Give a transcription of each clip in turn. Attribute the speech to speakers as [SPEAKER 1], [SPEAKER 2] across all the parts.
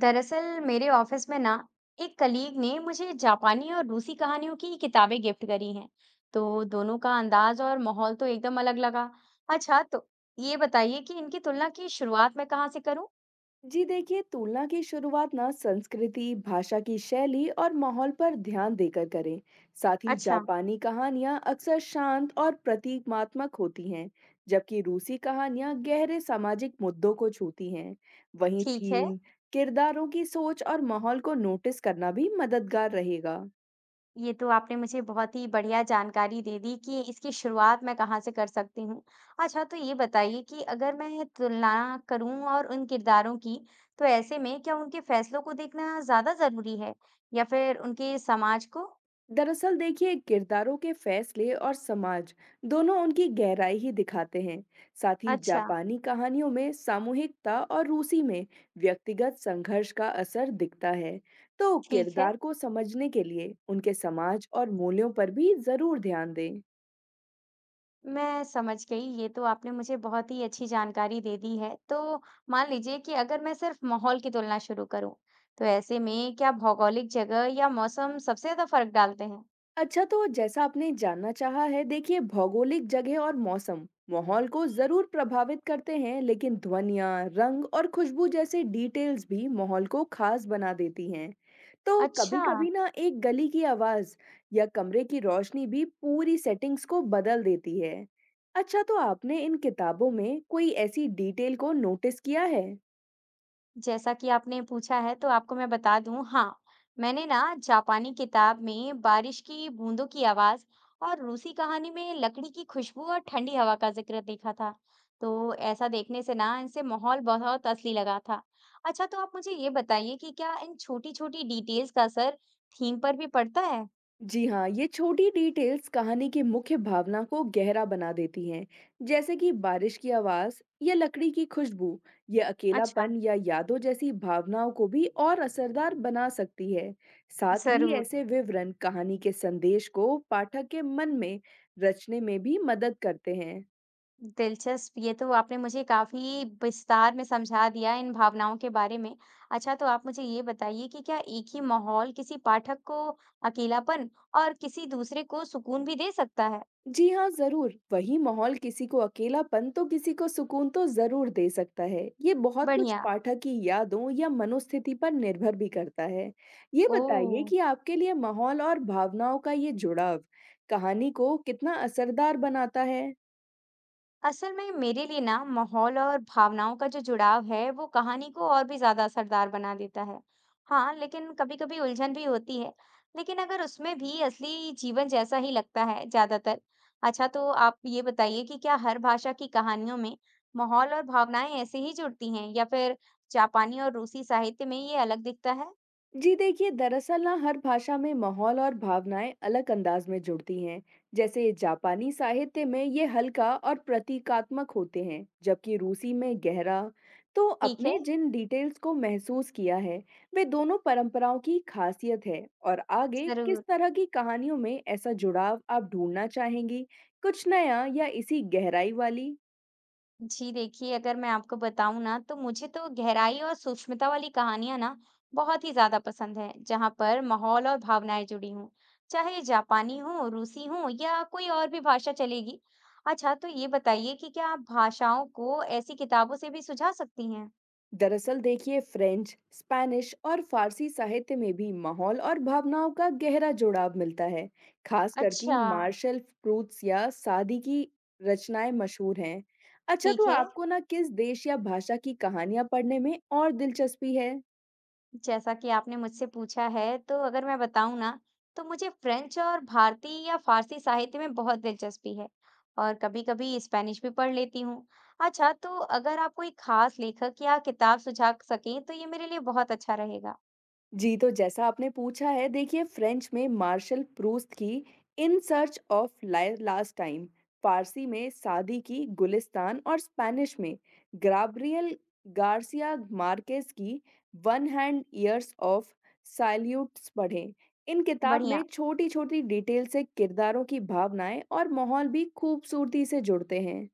[SPEAKER 1] दरअसल मेरे ऑफिस में ना एक कलीग ने मुझे जापानी और रूसी कहानियों की किताबें गिफ्ट करी हैं। तो दोनों का अंदाज और माहौल तो एकदम अलग लगा। अच्छा, तो ये बताइए कि इनकी तुलना की शुरुआत मैं कहाँ से करूँ।
[SPEAKER 2] जी देखिए तुलना की शुरुआत ना संस्कृति भाषा की शैली और माहौल पर ध्यान देकर करें। साथ ही
[SPEAKER 1] अच्छा।
[SPEAKER 2] जापानी कहानियां अक्सर शांत और प्रतीकात्मक होती हैं। जबकि रूसी कहानियां गहरे सामाजिक मुद्दों को छूती हैं। वहीं
[SPEAKER 1] ठीक है।
[SPEAKER 2] थीम किरदारों की सोच और माहौल को नोटिस करना भी मददगार रहेगा।
[SPEAKER 1] ये तो आपने मुझे बहुत ही बढ़िया जानकारी दे दी कि इसकी शुरुआत मैं कहाँ से कर सकती हूँ। अच्छा, तो ये बताइए कि अगर मैं तुलना करूँ और उन किरदारों की, तो ऐसे में क्या उनके फैसलों को देखना ज्यादा जरूरी है या फिर उनके समाज को।
[SPEAKER 2] दरअसल देखिए किरदारों के फैसले और समाज दोनों उनकी गहराई ही दिखाते हैं। साथ ही
[SPEAKER 1] अच्छा।
[SPEAKER 2] जापानी कहानियों में सामूहिकता और रूसी में व्यक्तिगत संघर्ष का असर दिखता है। तो
[SPEAKER 1] ठीक है।
[SPEAKER 2] किरदार को समझने के लिए उनके समाज और मूल्यों पर भी जरूर ध्यान दें।
[SPEAKER 1] मैं समझ गई, ये तो आपने मुझे बहुत ही अच्छी जानकारी दे दी है। तो मान लीजिए कि अगर मैं सिर्फ माहौल की तुलना शुरू करूँ, तो ऐसे में क्या भौगोलिक जगह या मौसम सबसे ज़्यादा फ़र्क डालते हैं?
[SPEAKER 2] अच्छा तो जैसा आपने जानना चाहा है, देखिए भौगोलिक जगह और मौसम माहौल को जरूर प्रभावित करते हैं, लेकिन ध्वनियाँ, रंग और खुशबू जैसे डिटेल्स भी माहौल को खास बना देती हैं। तो कभी
[SPEAKER 1] अच्छा।
[SPEAKER 2] कभी ना एक गली की आवाज या कमरे की रोशनी भी पूरी सेटिंग्स को बदल देती है। अच्छा तो आपने इन किताबों में कोई ऐसी डिटेल को नोटिस किया है?
[SPEAKER 1] जैसा कि आपने पूछा है तो आपको मैं बता दूं, हाँ, मैंने ना जापानी किताब में बारिश की बूंदों की आवाज और रूसी कहानी में लकड़ी की खुशबू और ठंडी हवा का जिक्र देखा था। तो ऐसा देखने से ना इनसे माहौल बहुत असली लगा था। अच्छा, तो आप मुझे ये बताइए कि क्या इन छोटी छोटी डिटेल्स का असर थीम पर भी पड़ता है।
[SPEAKER 2] जी हाँ, ये छोटी डिटेल्स कहानी की मुख्य भावना को गहरा बना देती हैं, जैसे कि बारिश की आवाज़ या लकड़ी की खुशबू। ये
[SPEAKER 1] अच्छा।
[SPEAKER 2] अकेलापन या यादों जैसी भावनाओं को भी और असरदार बना सकती है। साथ ही
[SPEAKER 1] जरूर।
[SPEAKER 2] ऐसे विवरण कहानी के संदेश को पाठक के मन में रचने में भी मदद करते हैं।
[SPEAKER 1] दिलचस्प, ये तो आपने मुझे काफ़ी विस्तार में समझा दिया इन भावनाओं के बारे में। अच्छा, तो आप मुझे ये बताइए कि क्या एक ही माहौल किसी पाठक को अकेलापन और किसी दूसरे को सुकून भी दे सकता है?
[SPEAKER 2] जी हाँ, ज़रूर। वही माहौल किसी को अकेलापन तो किसी को सुकून तो ज़रूर दे सकता है। ये बहुत कुछ
[SPEAKER 1] बढ़िया।
[SPEAKER 2] पाठक की यादों या मनोस्थिति पर निर्भर भी करता है। ये बताइए
[SPEAKER 1] ओह!
[SPEAKER 2] कि आपके लिए माहौल और भावनाओं का ये जुड़ाव कहानी को कितना असरदार बनाता है?
[SPEAKER 1] असल में मेरे लिए ना माहौल और भावनाओं का जो जुड़ाव है वो कहानी को और भी ज्यादा असरदार बना देता है। हाँ, लेकिन कभी कभी उलझन भी होती है, लेकिन अगर उसमें भी असली जीवन जैसा ही लगता है ज्यादातर। अच्छा, तो आप ये बताइए कि क्या हर भाषा की कहानियों में माहौल और भावनाएं ऐसे ही जुड़ती हैं या फिर जापानी और रूसी साहित्य में ये अलग दिखता है।
[SPEAKER 2] जी देखिए, दरअसल ना हर भाषा में माहौल और भावनाएं अलग अंदाज में जुड़ती हैं। जैसे जापानी साहित्य में ये हल्का और प्रतीकात्मक होते हैं, जबकि रूसी में गहरा। तो
[SPEAKER 1] ठीक
[SPEAKER 2] अपने
[SPEAKER 1] है।
[SPEAKER 2] जिन डिटेल्स को महसूस किया है, वे दोनों परंपराओं की खासियत है। और आगे
[SPEAKER 1] जरूर।
[SPEAKER 2] किस तरह की कहानियों में ऐसा जुड़ाव आप ढूंढना चाहेंगी, कुछ नया या इसी गहराई वाली?
[SPEAKER 1] जी देखिए, अगर मैं आपको बताऊँ ना, तो मुझे तो गहराई और सूक्ष्मता वाली कहानियाँ ना बहुत ही ज़्यादा पसंद है, जहाँ पर माहौल और भावनाएं जुड़ी हों। चाहे जापानी हो, रूसी हो या कोई और भी भाषा चलेगी। अच्छा, तो ये बताइए कि क्या आप भाषाओं को ऐसी किताबों से भी सुझा सकती हैं?
[SPEAKER 2] दरअसल देखिए, फ्रेंच, स्पैनिश और फारसी साहित्य में भी माहौल और भावनाओं का गहरा जुड़ाव मिलता है। खास करके
[SPEAKER 1] अच्छा।
[SPEAKER 2] मार्शल प्रूट्स या सादी की रचनाएं मशहूर हैं। अच्छा तो
[SPEAKER 1] ठीक है।
[SPEAKER 2] आपको ना किस देश या भाषा की कहानियां पढ़ने में और दिलचस्पी है?
[SPEAKER 1] जैसा कि आपने मुझसे पूछा है, तो अगर मैं बताऊँ ना, तो मुझे फ्रेंच और भारतीय या फ़ारसी साहित्य में बहुत दिलचस्पी है और कभी-कभी स्पेनिश भी पढ़ लेती हूँ। अच्छा, तो अगर आप कोई खास लेखक या किताब सुझा सकें, तो ये मेरे लिए बहुत अच्छा रहेगा।
[SPEAKER 2] जी तो जैसा आपने पूछा है, देखिए फ्रेंच में मार्शल प्रूस्त की in search of lost time, फारसी में सादी की गुलिस्तान और स्पेनिश में ग्राब्रियल गार्सिया मार्केज की one hundred years of solitude पढ़ें। इन किताब में
[SPEAKER 1] बढ़िया।
[SPEAKER 2] छोटी छोटी डिटेल से किरदारों की भावनाएं और माहौल भी खूबसूरती से जुड़ते हैं।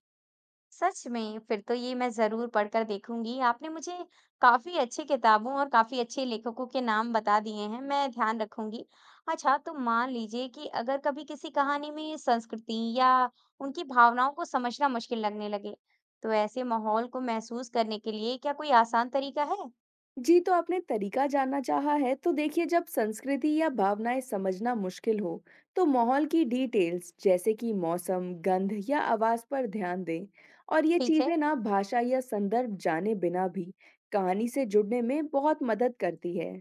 [SPEAKER 1] सच में! फिर तो ये मैं ज़रूर पढ़कर देखूँगी। आपने मुझे काफ़ी अच्छी किताबों और काफ़ी अच्छे लेखकों के नाम बता दिए हैं, मैं ध्यान रखूँगी। अच्छा, तो मान लीजिए कि अगर कभी किसी कहानी में संस्कृति या उनकी भावनाओं को समझना मुश्किल लगने लगे, तो ऐसे माहौल को महसूस करने के लिए क्या कोई आसान तरीका है?
[SPEAKER 2] जी तो आपने तरीका जानना चाहा है, तो देखिए जब संस्कृति या भावनाएं समझना मुश्किल हो, तो माहौल की डिटेल्स जैसे कि मौसम, गंध या आवाज पर ध्यान दें। और ये
[SPEAKER 1] ठीक है।
[SPEAKER 2] चीजें ना भाषा या संदर्भ जाने बिना भी कहानी से जुड़ने में बहुत मदद करती है।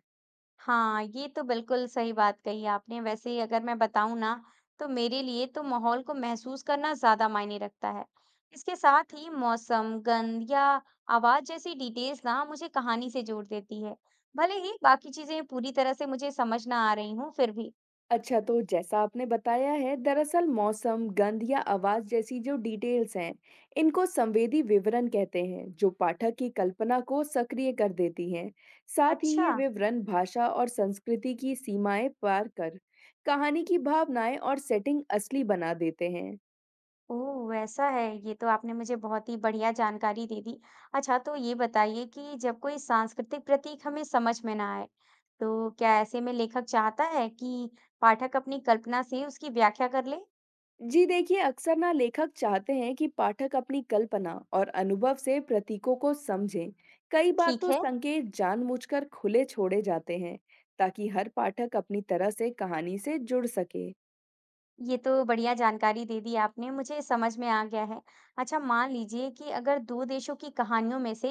[SPEAKER 1] हाँ, ये तो बिल्कुल सही बात कही आपने। वैसे ही अगर मैं बताऊँ ना, तो मेरे लिए तो माहौल को महसूस करना ज़्यादा मायने रखता है। इसके साथ ही मौसम, गंध या आवाज़ जैसी डिटेल्स ना मुझे कहानी से जोड़ देती है। भले ही बाकी चीज़ें पूरी तरह से मुझे समझ ना आ रही हों, फिर भी।
[SPEAKER 2] अच्छा तो जैसा आपने बताया है, दरअसल मौसम, गंध या आवाज जैसी जो डिटेल्स हैं, इनको संवेदी विवरण कहते हैं, जो पाठक की कल्पना को सक्रिय कर देती हैं। साथ ही
[SPEAKER 1] अच्छा।
[SPEAKER 2] ये विवरण भाषा और संस्कृति की सीमाएं पार कर कहानी की भावनाएं और सेटिंग असली बना देते हैं।
[SPEAKER 1] ओह! वैसा है, ये तो आपने मुझे बहुत ही बढ़िया जानकारी दे दी। अच्छा, तो ये बताइए कि जब कोई सांस्कृतिक प्रतीक हमें समझ में ना आए, तो क्या ऐसे में लेखक चाहता है कि पाठक अपनी कल्पना से उसकी व्याख्या कर ले?
[SPEAKER 2] जी देखिए, अक्सर ना लेखक चाहते हैं कि पाठक अपनी कल्पना और अनुभव से प्रतीकों को समझें। कई बार
[SPEAKER 1] ठीक
[SPEAKER 2] तो
[SPEAKER 1] है,
[SPEAKER 2] संकेत जानबूझकर खुले छोड़े जाते हैं, ताकि हर पाठक अपनी तरह से कहानी से जुड़ सके।
[SPEAKER 1] ये तो बढ़िया जानकारी दे दी आपने, मुझे समझ में आ गया है। अच्छा, मान लीजिए कि अगर दो देशों की कहानियों में से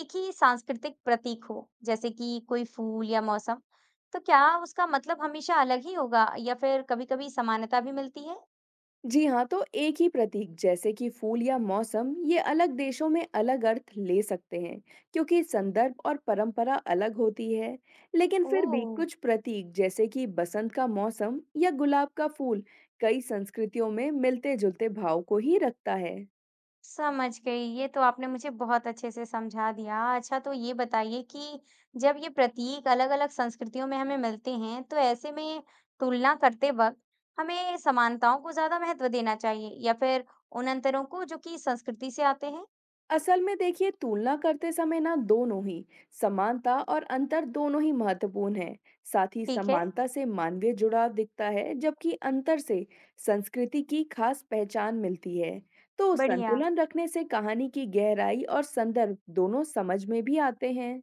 [SPEAKER 1] एक ही सांस्कृतिक प्रतीक हो, जैसे कि कोई फूल या मौसम, तो क्या उसका मतलब हमेशा अलग ही होगा या फिर कभी-कभी समानता भी मिलती है?
[SPEAKER 2] जी हाँ, तो एक ही प्रतीक जैसे कि फूल या मौसम ये अलग देशों में अलग अर्थ ले सकते हैं, क्योंकि संदर्भ और परंपरा अलग होती है। लेकिन फिर भी
[SPEAKER 1] ओह!
[SPEAKER 2] कुछ प्रतीक जैसे कि बसंत का मौसम या गुलाब का फूल कई संस्कृतियों में मिलते जुलते भाव को ही रखता है।
[SPEAKER 1] समझ गई, ये तो आपने मुझे बहुत अच्छे से समझा दिया। अच्छा, तो ये बताइए कि जब ये प्रतीक अलग-अलग संस्कृतियों में हमें मिलते हैं, तो ऐसे में तुलना करते वक़्त हमें समानताओं को ज़्यादा महत्व देना चाहिए या फिर उन अंतरों को जो कि संस्कृति से आते हैं?
[SPEAKER 2] असल में देखिए, तुलना करते समय ना दोनों ही, समानता और अंतर दोनों ही महत्वपूर्ण है। साथ ही
[SPEAKER 1] ठीक है।
[SPEAKER 2] समानता से मानवीय जुड़ाव दिखता है, जबकि अंतर से संस्कृति की खास पहचान मिलती है। तो
[SPEAKER 1] बढ़िया।
[SPEAKER 2] संतुलन रखने से कहानी की गहराई और संदर्भ दोनों समझ में भी आते हैं।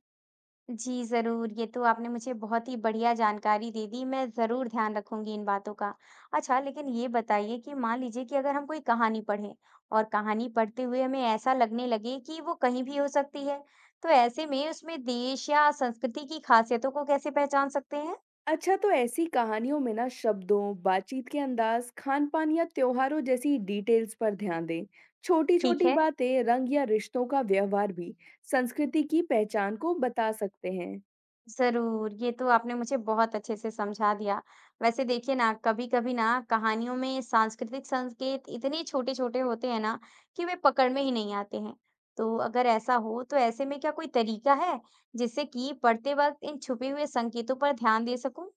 [SPEAKER 1] जी, ज़रूर। ये तो आपने मुझे बहुत ही बढ़िया जानकारी दे दी, मैं ज़रूर ध्यान रखूँगी इन बातों का। अच्छा, लेकिन ये बताइए कि मान लीजिए कि अगर हम कोई कहानी पढ़ें और कहानी पढ़ते हुए हमें ऐसा लगने लगे कि वो कहीं भी हो सकती है, तो ऐसे में उसमें देश या संस्कृति की खासियतों को कैसे पहचान सकते हैं?
[SPEAKER 2] अच्छा तो ऐसी कहानियों में ना शब्दों, बातचीत के अंदाज, खान-पान या त्योहारों जैसी डिटेल्स पर ध्यान दें।
[SPEAKER 1] ठीक
[SPEAKER 2] छोटी-छोटी
[SPEAKER 1] है।
[SPEAKER 2] बातें, रंग या रिश्तों का व्यवहार भी संस्कृति की पहचान को बता सकते हैं।
[SPEAKER 1] ज़रूर, ये तो आपने मुझे बहुत अच्छे से समझा दिया। वैसे देखिए ना, कभी-कभी ना कहानियों में सांस्कृतिक संकेत इतने छोटे-छोटे होते हैं ना कि वे पकड़ में ही नहीं आते हैं। तो अगर ऐसा हो, तो ऐसे में क्या कोई तरीका है जिससे कि पढ़ते वक़्त इन छुपे हुए संकेतों पर ध्यान दे सकूँ?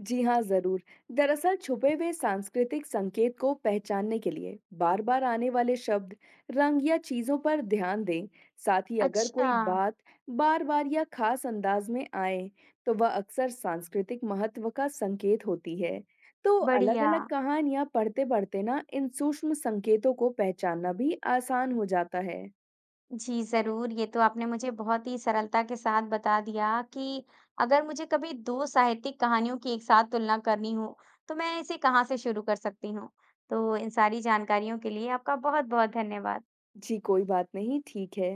[SPEAKER 2] जी हाँ, ज़रूर। दरअसल छुपे हुए सांस्कृतिक संकेत को पहचानने के लिए बार-बार आने वाले शब्द, रंग या चीज़ों पर ध्यान दें। साथ ही अगर
[SPEAKER 1] अच्छा।
[SPEAKER 2] कोई बात बार-बार या खास अंदाज में आए, तो वह अक्सर सांस्कृतिक महत्व का संकेत होती है। तो
[SPEAKER 1] बढ़िया।
[SPEAKER 2] अलग-अलग कहानियाँ पढ़ते-पढ़ते ना इन सूक्ष्म संकेतों को पहचानना भी आसान हो जाता है।
[SPEAKER 1] जी, ज़रूर। ये तो आपने मुझे बहुत ही सरलता के साथ बता दिया कि अगर मुझे कभी 2 साहित्यिक कहानियों की एक साथ तुलना करनी हो, तो मैं इसे कहाँ से शुरू कर सकती हूँ? तो इन सारी जानकारियों के लिए आपका बहुत-बहुत धन्यवाद।
[SPEAKER 2] जी, कोई बात नहीं, ठीक है।